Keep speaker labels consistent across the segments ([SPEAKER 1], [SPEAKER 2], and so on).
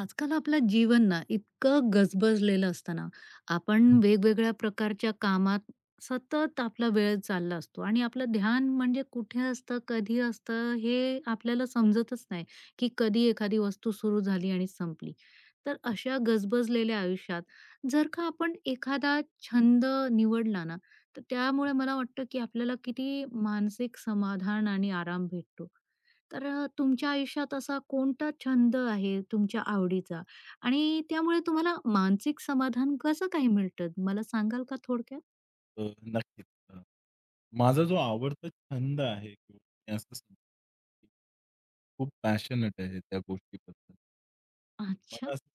[SPEAKER 1] आजकाल आपलं जीवन ना इतकं गजबजलेलं असतं ना, आपण
[SPEAKER 2] हं.
[SPEAKER 1] वेगवेगळ्या प्रकारच्या कामात सतत आपला वेळ चालला असतो आणि आपलं ध्यान म्हणजे कुठे असतं, कधी असतं हे आपल्याला समजतच नाही, की कधी एखादी वस्तू सुरू झाली आणि संपली. तर अशा गजबजलेल्या आयुष्यात जर का आपण एखादा छंद निवडला ना, तर त्यामुळे मला वाटतं, की आपल्याला किती मानसिक समाधान आणि आराम भेटतो. तुमच्या आयुष्यात असा कोणता छंद आहे तुमच्या आवडीचा आणि त्यामुळे तुम्हाला मानसिक समाधान कसं काय मिळतं मला सांगाल का थोडक्यात?
[SPEAKER 2] अ, नक्कीच. माझा जो आवडता छंद आहे किंवा मी असं समजेन, की खूप पॅशनेट आहे त्या गोष्टीबद्दल. मला
[SPEAKER 1] अच्छा.
[SPEAKER 2] असं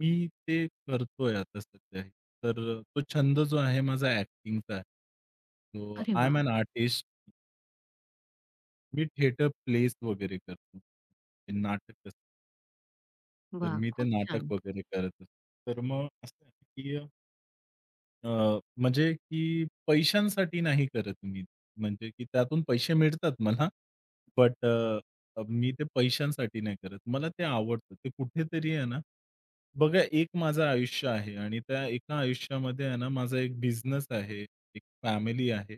[SPEAKER 2] मी ते करतोय आता सध्याही. तर तो छंद जो आहे माझा ॲक्टिंगचा आहे. सो
[SPEAKER 1] अरे
[SPEAKER 2] आय एम
[SPEAKER 1] वाह!
[SPEAKER 2] An artist. मी थिएटर प्लेस वगैरे करतो. ते नाटक असतं. तर
[SPEAKER 1] वाह!
[SPEAKER 2] मी ते
[SPEAKER 1] खूप
[SPEAKER 2] नाटक
[SPEAKER 1] छान.
[SPEAKER 2] वगैरे करत असतो. तर मग असं आहे, की अ, म्हणजे की पैशांसाठी नाही करत मी. म्हणजे की त्यातून पैसे मिळतात मला, बट मी ते पैशांसाठी नाही करत. मला ते आवडतं. ते कुठेतरी आहे ना, बघा एक माझं आयुष्य आहे आणि त्या एका आयुष्यामध्ये आहे ना, माझा एक बिझनेस आहे, एक फॅमिली आहे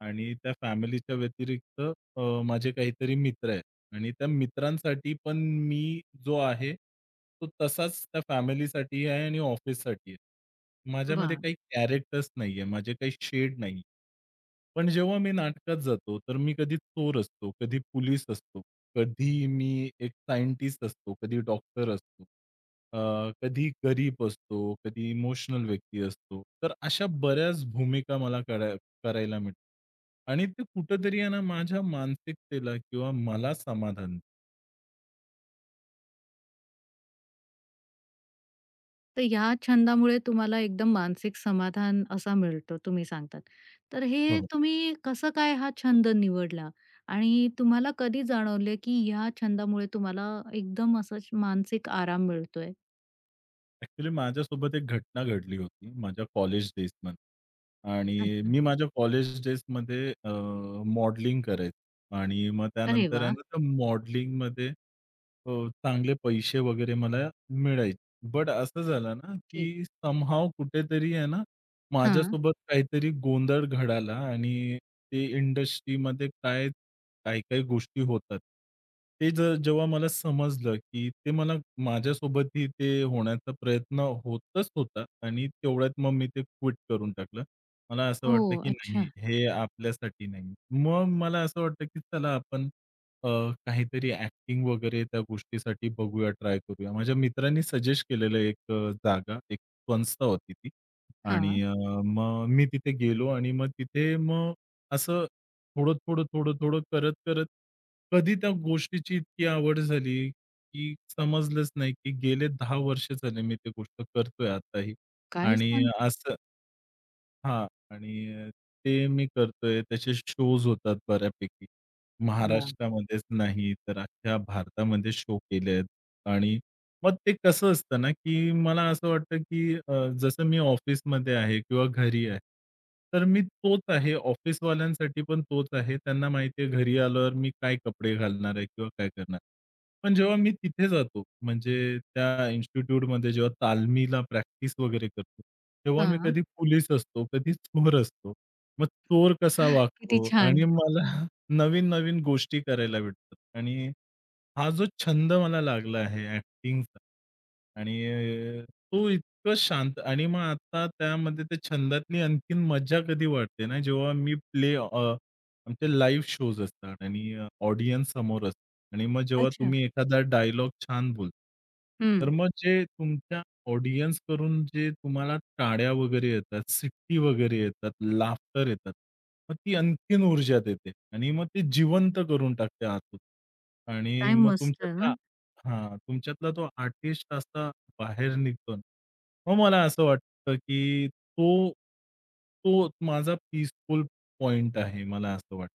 [SPEAKER 2] आणि त्या फॅमिलीच्या व्यतिरिक्त माझे काहीतरी मित्र आहेत. आणि त्या मित्रांसाठी पण मी जो आहे, तो तसाच त्या फॅमिलीसाठी आहे आणि ऑफिससाठी आहे. माझ्यामध्ये
[SPEAKER 1] वाह!
[SPEAKER 2] काही कॅरेक्टर्स नाहीये, माझे काही शेड नाही. पण जेव्हा मी नाटकात जातो, तर मी कधी चोर असतो, कधी पोलीस असतो, कधी मी एक सायंटिस्ट असतो, कधी डॉक्टर असतो, कधी गरीब असतो, कधी इमोशनल व्यक्ती असतो. तर अशा बऱ्याच भूमिका मला करायला मिळतं. आणि ते कुठेतरी आहे ना माझ्या मानसिकतेला किंवा मला समाधान.
[SPEAKER 1] तर या छंदामुळे तुम्हाला एकदम मानसिक समाधान असा मिळतो तुम्ही सांगतात. तर
[SPEAKER 2] हो,
[SPEAKER 1] हे
[SPEAKER 2] हो.
[SPEAKER 1] तुम्ही कसं काय हा छंद निवडला? आणि तुम्हाला कधी जाणवले की या छंदामुळे तुम्हाला एकदम मानसिक आराम मिळतोय?
[SPEAKER 2] ॲक्चुअली माझ्यासोबत एक घटना घडली होती माझ्या कॉलेज डेजमध्ये. आणि
[SPEAKER 1] अच्छा.
[SPEAKER 2] मी माझ्या कॉलेज डेजमध्ये मॉडलिंग करायचो आणि मग
[SPEAKER 1] अरे
[SPEAKER 2] त्यानंतर आहे
[SPEAKER 1] वाह!
[SPEAKER 2] ना त्या मॉडलिंगमध्ये अ, चांगले पैसे वगैरे मला मिळायचे. बट असं झालं ना,
[SPEAKER 1] ठीक.
[SPEAKER 2] की समहाऊ कुठेतरी आहे ना
[SPEAKER 1] हां.
[SPEAKER 2] माझ्यासोबत काहीतरी गोंधळ घडाला आणि ते इंडस्ट्रीमध्ये काय काही-काही गोष्टी होतात. ते जर जेव्हा मला समजलं, की ते मला माझ्यासोबतही ते होण्याचा प्रयत्न होतच होता आणि तेवढ्यात मग मी ते क्विट करून टाकलं. मला असं
[SPEAKER 1] हो.
[SPEAKER 2] वाटलं, की
[SPEAKER 1] अच्छा.
[SPEAKER 2] नाही हे आपल्यासाठी नाही. मग मला असं वाटलं, की चला आपण अ, काहीतरी ॲक्टिंग वगैरे त्या गोष्टीसाठी बघूया, ट्राय करूया. माझ्या मित्रांनी सजेस्ट केलेलं एक जागा, एक संस्था होती ती आणि
[SPEAKER 1] हां.
[SPEAKER 2] मग मी तिथे गेलो आणि मग तिथे मग असं थोडं, थोडं, थोडं, थोडं करत, करत कधी त्या गोष्टीची इतकी आवड झाली, की समजलंच नाही, की गेले 10 वर्ष झाले मी ती गोष्ट करतोय आताही.
[SPEAKER 1] काय
[SPEAKER 2] आणि
[SPEAKER 1] सांगता?
[SPEAKER 2] असं हां. आणि ते मी करतोय. त्याचे शोज होतात बऱ्यापैकी.
[SPEAKER 1] वाह!
[SPEAKER 2] महाराष्ट्रामध्येच नाही, तर अख्ख्या भारतामध्ये शो केले आहेत. आणि मग ते कसं असतं ना, की मला असं वाटतं, की जसं मी ऑफिसमध्ये आहे किंवा घरी आहे. तर मी तोच आहे. ऑफिसवाल्यांसाठी पण तोच आहे. त्यांना माहिती आहे घरी आल्यावर मी काय कपडे घालणार आहे किंवा काय करणार. पण जेव्हा मी तिथे जातो, म्हणजे त्या इन्स्टिट्यूटमध्ये जेव्हा तालमीला प्रॅक्टिस वगैरे करतो, तेव्हा मी
[SPEAKER 1] हां.
[SPEAKER 2] कधी पोलीस असतो, कधी चोर असतो. मग चोर कसा
[SPEAKER 1] किती
[SPEAKER 2] वागतो आणि
[SPEAKER 1] छान.
[SPEAKER 2] मला नवीन-नवीन गोष्टी करायला भेटतात आणि हा जो छंद मला लागला आहे ॲक्टिंगचा आणि तो इतकं शांत आणि मग आता त्यामध्ये त्या छंदातली आणखीन मज्जा कधी वाटते ना, जेव्हा मी प्ले आमचे लाईव्ह शोज असतात आणि ऑडियन्स समोर असतो आणि मग जेव्हा
[SPEAKER 1] अच्छा.
[SPEAKER 2] तुम्ही एखादा डायलॉग छान बोलता, तर
[SPEAKER 1] हं.
[SPEAKER 2] मग जे तुमच्या ऑडियन्स करून जे तुम्हाला टाळ्या वगैरे येतात, शिट्टी वगैरे येतात, लाफ्टर येतात. मग ती आणखीन ऊर्जा देते आणि मग ते जिवंत करून टाकते आतून. आणि
[SPEAKER 1] काय
[SPEAKER 2] मग
[SPEAKER 1] मस्त ना.
[SPEAKER 2] तुमच्यातला हां, तुमच्यातला तो आर्टिस्ट असा बाहेर निघतो ना. मग मला असं वाटतं, की तो माझा पीसफुल पॉइंट आहे, मला असं वाटतं.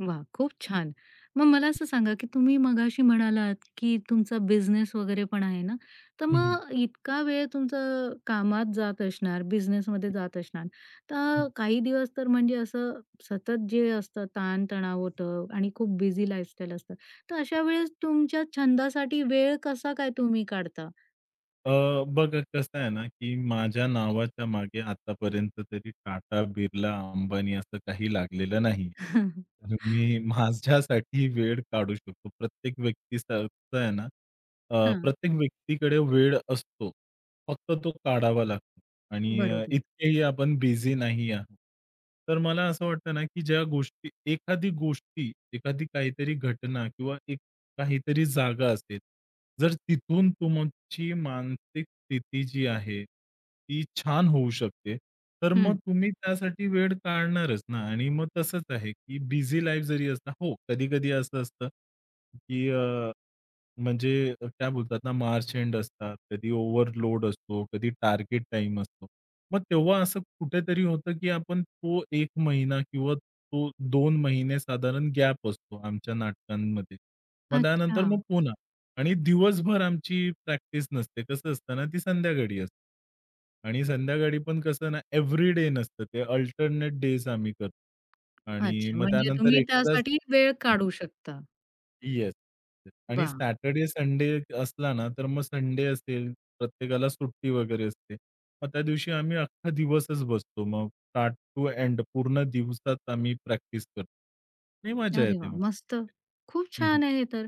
[SPEAKER 1] वाह! खूप छान. मग मला असं सांगा, की तुम्ही मगाशी म्हणालात, की तुमचा बिझनेस वगैरे पण आहे ना, तर
[SPEAKER 2] हं, हं.
[SPEAKER 1] मग इतका वेळ तुमचं कामात जात असणार, बिझनेसमध्ये जात असणार. तर काही दिवस तर म्हणजे असं सतत जे असतं ताण-तणाव होतं आणि खूप बिझी लाईफस्टाईल असतं. तर अशा वेळेस तुमच्या छंदासाठी वेळ कसा काय तुम्ही काढता?
[SPEAKER 2] अ, बघा कसं आहे ना, की माझ्या नावाच्या मागे आतापर्यंत तरी टाटा, बिर्ला, अंबानी असं काही लागलेलं नाहीये. तर मी माझ्यासाठी वेळ काढू शकतो. प्रत्येक व्यक्तीसारखं आहे ना,
[SPEAKER 1] हां.
[SPEAKER 2] प्रत्येक व्यक्तीकडे वेळ असतो. फक्त तो काढावा लागतो आणि
[SPEAKER 1] बरोबर.
[SPEAKER 2] इतकेही आपण बिझी नाही आहोत. तर मला असं वाटतं ना, की ज्या गोष्टी एखादी गोष्टी, एखादी काहीतरी घटना किंवा काहीतरी जागा असेल. जर तिथून तुमची मानसिक स्थिती जी आहे, ती छान होऊ शकते. तर मग
[SPEAKER 1] हं.
[SPEAKER 2] तुम्ही त्यासाठी वेळ काढणारच ना आणि मग तसंच आहे, की बिझी लाईफ जरी असणार हो, कधी-कधी असं असतं, की म्हणजे काय बोलतात ना, मार्च एंड असतात, कधी ओव्हरलोड असतो, कधी टार्गेट टाइम असतो. मग तेव्हा असं कुठेतरी होतं, की आपण तो 1 महिना किंवा तो 2 महिने साधारण गॅप असतो आमच्या नाटकांमध्ये. मग
[SPEAKER 1] अच्छा.
[SPEAKER 2] त्यानंतर मग पुन्हा आणि दिवसभर आमची प्रॅक्टिस नसते. कसं असतं ना, ती संध्याकाळी असते. आणि संध्याकाळी पण कसं ना, एव्हरीडे नसतं ते अल्टरनेट डेज आम्ही करतो. आणि
[SPEAKER 1] अच्छा.
[SPEAKER 2] मग
[SPEAKER 1] म्हणजे
[SPEAKER 2] त्यानंतर
[SPEAKER 1] तुम्ही
[SPEAKER 2] एखादाच.
[SPEAKER 1] त्यासाठी वेळ काढू शकता.
[SPEAKER 2] येस. आणि
[SPEAKER 1] वा,
[SPEAKER 2] सॅटर्डे, संडे असला ना, तर मग संडे असेल, प्रत्येकाला सुट्टी वगैरे असते. मग त्या दिवशी आम्ही अख्खा दिवसच बसतो. मग स्टार्ट टू एंड पूर्ण दिवसात आम्ही प्रॅक्टिस करतो. नाही मजा
[SPEAKER 1] अरे
[SPEAKER 2] येते
[SPEAKER 1] वा,
[SPEAKER 2] मग.
[SPEAKER 1] मस्त. खूप
[SPEAKER 2] हं, हं.
[SPEAKER 1] छान आहे हे तर.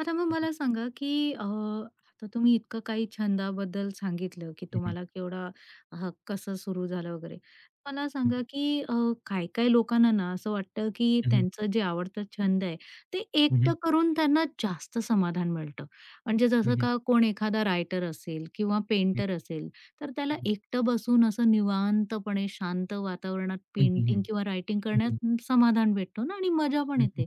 [SPEAKER 1] आता मग
[SPEAKER 2] हं,
[SPEAKER 1] मला सांगा, की आता तुम्ही इतकं काही छंदाबद्दल सांगितलं, की
[SPEAKER 2] हं.
[SPEAKER 1] तुम्हाला केवढा कसं सुरू झालं वगैरे. मला
[SPEAKER 2] हं, हं.
[SPEAKER 1] सांगा, की काही-काही लोकांना ना असं वाटतं, की
[SPEAKER 2] हं, हं.
[SPEAKER 1] त्यांचं जे आवडतं छंद आहे, ते
[SPEAKER 2] हं, हं.
[SPEAKER 1] एकटं करून त्यांना जास्त समाधान मिळतं. म्हणजे
[SPEAKER 2] हं,
[SPEAKER 1] जसं
[SPEAKER 2] हं.
[SPEAKER 1] का कोण एखादा रायटर असेल किंवा
[SPEAKER 2] हं,
[SPEAKER 1] पेंटर असेल तर त्याला
[SPEAKER 2] हं.
[SPEAKER 1] एकटं बसून असं निवांतपणे शांत वातावरणात
[SPEAKER 2] हं,
[SPEAKER 1] पेंटिंग किंवा रायटिंग
[SPEAKER 2] हं.
[SPEAKER 1] करण्यात समाधान भेटतो ना आणि मजा पण
[SPEAKER 2] हं, हं.
[SPEAKER 1] येते.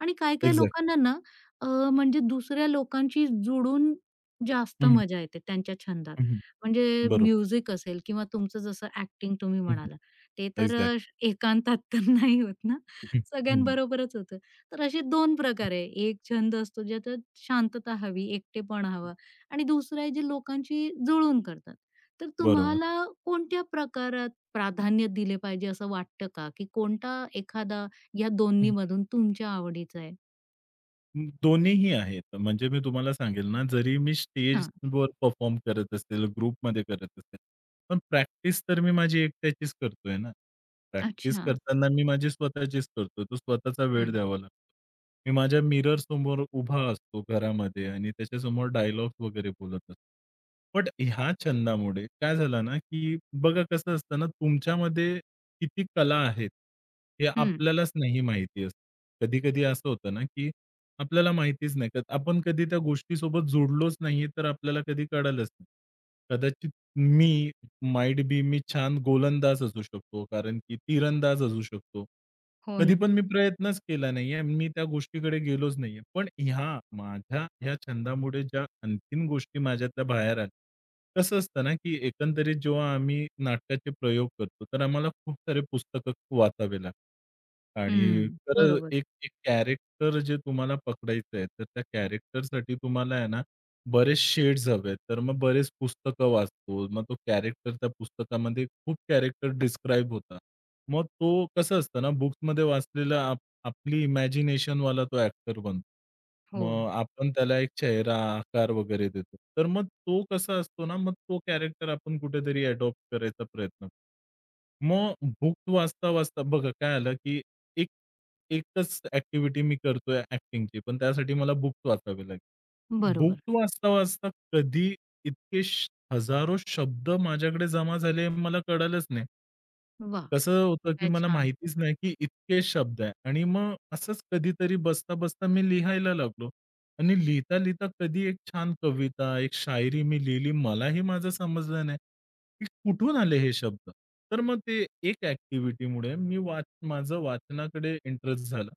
[SPEAKER 1] आणि काही-काही लोकांना ना अ, म्हणजे दुसऱ्या लोकांशी जुडून जास्त
[SPEAKER 2] हं,
[SPEAKER 1] मजा येते त्यांच्या छंदात.
[SPEAKER 2] हं.
[SPEAKER 1] म्हणजे
[SPEAKER 2] बरोबर.
[SPEAKER 1] म्युझिक असेल किंवा तुमचं जसं ॲक्टिंग तुम्ही
[SPEAKER 2] हं, हं. बरोबर.
[SPEAKER 1] म्हणालात.
[SPEAKER 2] हं,
[SPEAKER 1] ते तर एकांतात तर नाही होत ना.
[SPEAKER 2] हं,
[SPEAKER 1] सगळ्यांबरोबरच होतं. तर असे 2
[SPEAKER 2] हं.
[SPEAKER 1] प्रकार आहे. एक छंद असतो ज्याच्यात शांतता हवी, एकटेपण हवं आणि दुसरं आहे जे लोकांशी जुळून करतात. तर
[SPEAKER 2] बरोबर.
[SPEAKER 1] तुम्हाला कोणत्या प्रकारात प्राधान्य दिले पाहिजे असं वाटतं का? की कोणता एखादा या दोन्हीमधून तुमच्या आवडीचा आहे?
[SPEAKER 2] दोन्हीही आहेत. म्हणजे मी तुम्हाला सांगेल ना, जरी मी
[SPEAKER 1] हां.
[SPEAKER 2] स्टेजवर परफॉर्म करत असेल, ग्रुपमध्ये करत असेल, पण प्रॅक्टिस तर मी माझी एकट्याचीच करतोय ना. प्रॅक्टिस
[SPEAKER 1] अच्छा.
[SPEAKER 2] करताना मी माझी स्वतःचीच करतो. तो स्वतःचा वेळ
[SPEAKER 1] हं,
[SPEAKER 2] द्यावा लागतो. मी माझ्या मिरर समोर उभा असतो घरामध्ये आणि त्याच्यासमोर डायलॉग्स वगैरे बोलत असतो. बट ह्या छंदामुळे काय झालं ना, की बघा कसं असतं ना, तुमच्यामध्ये किती कला आहेत, हे
[SPEAKER 1] हं.
[SPEAKER 2] आपल्यालाच नाही माहिती असतं. कधी-कधी असं होतं ना, की आपल्याला माहितीच नाही. तर आपण कधी त्या गोष्टीसोबत जोडलोच नाहीये, तर आपल्याला कधी कळालंच नाही. कदाचित मी माईट बी मी छान गोलंदाज असू शकतो, कारण की तीरंदाज असू शकतो.
[SPEAKER 1] हो
[SPEAKER 2] कधी
[SPEAKER 1] ना.
[SPEAKER 2] पण मी प्रयत्नच केला नाहीये. मी त्या गोष्टीकडे गेलोच नाहीये. पण ह्या माझ्या ह्या छंदामुळे ज्या आणखीन गोष्टी माझ्यातल्या बाहेर आल्या. कसं असतं ना, की एकंदरीत जेव्हा आम्ही नाटकाचे प्रयोग करतो, तर आम्हाला खूप सारे पुस्तकं वाचावे लागतात. आणि
[SPEAKER 1] हं.
[SPEAKER 2] तर
[SPEAKER 1] बरोबर.
[SPEAKER 2] एक एक कॅरेक्टर जे तुम्हाला पकडायचं आहे, तर त्या कॅरेक्टरसाठी तुम्हाला आहे ना बरेच शेड्स हवेत. तर मग बरेच पुस्तकं वाचतो. मग तो कॅरेक्टर त्या पुस्तकामध्ये खूप कॅरेक्टर डिस्क्राईब होता. मग तो कसं असतं ना, बुक्समध्ये वाचलेला आपली इमॅजिनेशनवाला तो ॲक्टर बनतो.
[SPEAKER 1] हो.
[SPEAKER 2] मग आपण त्याला एक चेहरा, आकार वगैरे देतो. तर मग तो कसा असतो ना, मग तो कॅरेक्टर आपण कुठेतरी अडॉप्ट करायचा प्रयत्न करतो. मग बुक वाचता-वाचता बघा काय आलं, की एक एकच ॲक्टिव्हिटी मी करतोय ॲक्टिंगची, पण त्यासाठी मला बुक्स वाचावे लागले. बुक
[SPEAKER 1] बरोबर.
[SPEAKER 2] वाचता-वाचता कधी इतके श हजारो शब्द माझ्याकडे जमा झाले मला कळालंच नाही.
[SPEAKER 1] वाह!
[SPEAKER 2] कसं होतं, की
[SPEAKER 1] काय
[SPEAKER 2] मला
[SPEAKER 1] छान.
[SPEAKER 2] माहितीच नाही, की इतके शब्द आहे आणि मग असंच कधीतरी बसता-बसता मी लिहायला लागलो आणि लिहिता-लिहिता कधी एक छान कविता, एक शायरी मी लिहिली. मलाही माझं समजलं नाही, की कुठून आले हे शब्द. तर मग ते एक ॲक्टिव्हिटीमुळे मी माझं वाचनाकडे इंटरेस्ट झाला.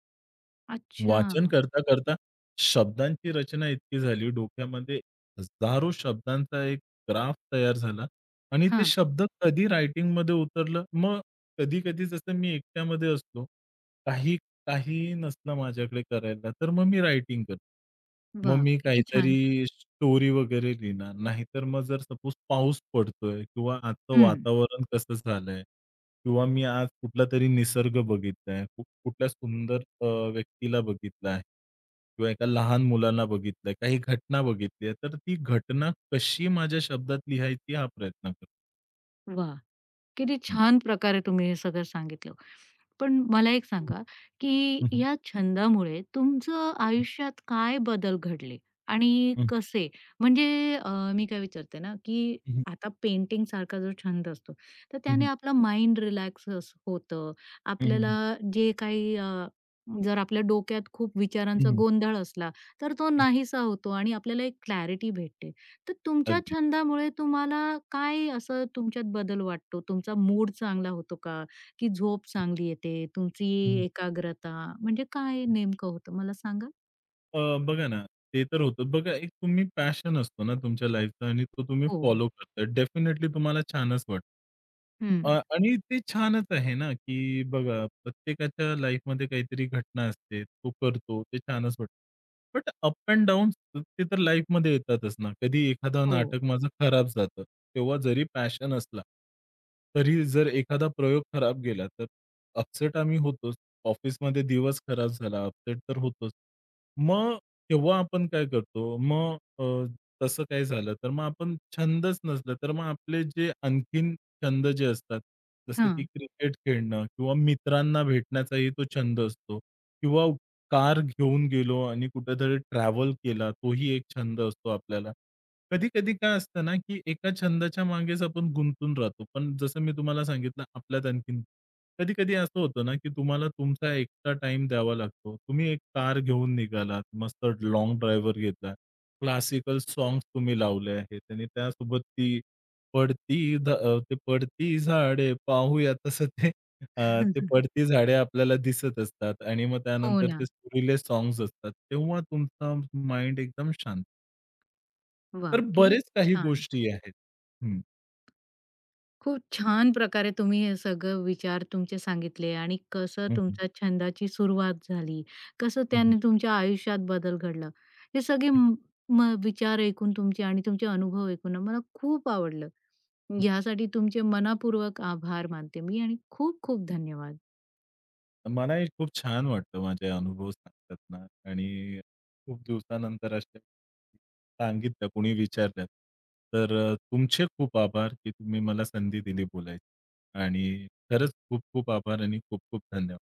[SPEAKER 1] अच्छा.
[SPEAKER 2] वाचन करता-करता शब्दांची रचना इतकी झाली हो, डोक्यामध्ये हजारो शब्दांचा एक ग्राफ तयार झाला आणि ते
[SPEAKER 1] हां.
[SPEAKER 2] शब्द कधी रायटिंगमध्ये उतरलं. मग कधी-कधी जसं मी एकट्यामध्ये असलो काही काहीही नसलं माझ्याकडे करायला, तर मग मी रायटिंग करतो. मग
[SPEAKER 1] वाह!
[SPEAKER 2] मी
[SPEAKER 1] किती
[SPEAKER 2] काहीतरी
[SPEAKER 1] छान.
[SPEAKER 2] स्टोरी वगैरे लिहिणार. नाहीतर मग जर सपोज पाऊस पडतोय किंवा आजचं
[SPEAKER 1] हं.
[SPEAKER 2] वातावरण कसं झालंय किंवा मी आज कुठलातरी निसर्ग बघितलाय, कुठल्या सुंदर व्यक्तीला बघितला किंवा एका लहान मुलाला बघितलंय, काही घटना बघितली तर ती घटना कशी माझ्या शब्दात लिहायची हा प्रयत्न करतो.
[SPEAKER 1] वाह! किती
[SPEAKER 2] हं.
[SPEAKER 1] छान प्रकारे तुम्ही हे सगळं सांगितलं. पण मला एक सांगा, की
[SPEAKER 2] हं, हं.
[SPEAKER 1] या छंदामुळे तुमचं
[SPEAKER 2] हं, हं.
[SPEAKER 1] आयुष्यात काय बदल घडले आणि
[SPEAKER 2] हं, हं.
[SPEAKER 1] कसे? म्हणजे अ, मी काय विचारते ना, की
[SPEAKER 2] हं, हं.
[SPEAKER 1] आता पेंटिंगसारखा जो छंद असतो, तर त्याने
[SPEAKER 2] हं,
[SPEAKER 1] आपला माइंड रिलॅक्स अस होतं. आपल्याला जे काही अ, जर आपल्या डोक्यात खूप विचारांचा गोंधळ असला, तर तो नाहीसा होतो आणि आपल्याला एक क्लॅरिटी भेटते. तर तुमच्या
[SPEAKER 2] अगदी.
[SPEAKER 1] छंदामुळे तुम्हाला काय असं तुमच्यात बदल वाटतो? तुमचा मूड चांगला होतो का? की झोप चांगली येते, तुमची
[SPEAKER 2] हं,
[SPEAKER 1] एकाग्रता म्हणजे काय नेमकं होतं मला सांगा?
[SPEAKER 2] अ, बघा ना, ते तर होतं. बघा एक तुम्ही पॅशन असतो ना तुमच्या लाईफचा आणि तो तुम्ही
[SPEAKER 1] हो.
[SPEAKER 2] फॉलो करता. डेफिनेटली तुम्हाला छानच वाटतं.
[SPEAKER 1] हं.
[SPEAKER 2] अ, आणि ते छानच आहे ना, की बघा प्रत्येकाच्या लाईफमध्ये काहीतरी घटना असते. तो करतो, ते छानच वाटतं. बट अप एंड डाउन्स ते तर लाईफमध्ये येतातच ना. कधी एखादं
[SPEAKER 1] हो.
[SPEAKER 2] नाटक माझं खराब जातं. तेव्हा जरी पॅशन असला, तरी जर एखादा प्रयोग खराब गेला, तर अपसेट आम्ही होतोच. ऑफिसमध्ये दिवस खराब झाला, अपसेट तर होतोच. मग तेव्हा आपण काय करतो, मग तसं काही झालं, तर मग आपण छंदच नसला, तर मग आपले जे आणखीन छंद जे असतात, जसं की
[SPEAKER 1] हां.
[SPEAKER 2] क्रिकेट खेळणं किंवा मित्रांना भेटण्याचाही तो छंद असतो किंवा कार घेऊन गेलो आणि कुठेतरी ट्रॅव्हल केला, तोही एक छंद असतो आपल्याला. कधी-कधी काय असतं ना, की एका छंदाच्या मागेच आपण गुंतून राहतो. पण जसं मी तुम्हाला सांगितलं, आपल्यात आणखीन कधी-कधी असं होतं ना, की तुम्हाला तुमचा एक्स्ट्रा टाइम द्यावा लागतो. तुम्ही एक कार घेऊन निघालात, मस्त लाँग ड्राईव्हवर घेतला. क्लासिकल सॉन्ग्स तुम्ही लावले आहेत आणि त्यासोबत ती ते पडती झाडे पाहूया तसं ते पडती झाडे आपल्याला दिसत असतात आणि मग
[SPEAKER 1] हो
[SPEAKER 2] त्यानंतर
[SPEAKER 1] ना.
[SPEAKER 2] ते सुरीले सॉन्ग्स असतात. तेव्हा तुमचा माइंड एकदम शांत. तर
[SPEAKER 1] वाह! किती
[SPEAKER 2] बरेच काही
[SPEAKER 1] छान!
[SPEAKER 2] गोष्टी आहेत. हं,
[SPEAKER 1] खूप छान प्रकारे तुम्ही हे सगळं विचार तुमचे सांगितले आणि कसं
[SPEAKER 2] हं, हं,
[SPEAKER 1] तुमच्या छंदाची सुरुवात झाली, कसं
[SPEAKER 2] हं.
[SPEAKER 1] त्याने तुमच्या आयुष्यात बदल घडला. हे सगळे म म विचार ऐकून तुमचे आणि तुमचे अनुभव ऐकून ना मला खूप आवडलं. यासाठी तुमचे मनःपूर्वक आभार मानते मी आणि खूप खूप धन्यवाद.
[SPEAKER 2] मलाही खूप छान वाटतं माझे अनुभव सांगतात ना आणि खूप दिवसानंतर अशा सांगितल्या, कोणी विचारल्या. तर तुमचे खूप आभार की तुम्ही मला संधी दिली बोलायची आणि खरंच खूप खूप आभार आणि खूप खूप धन्यवाद.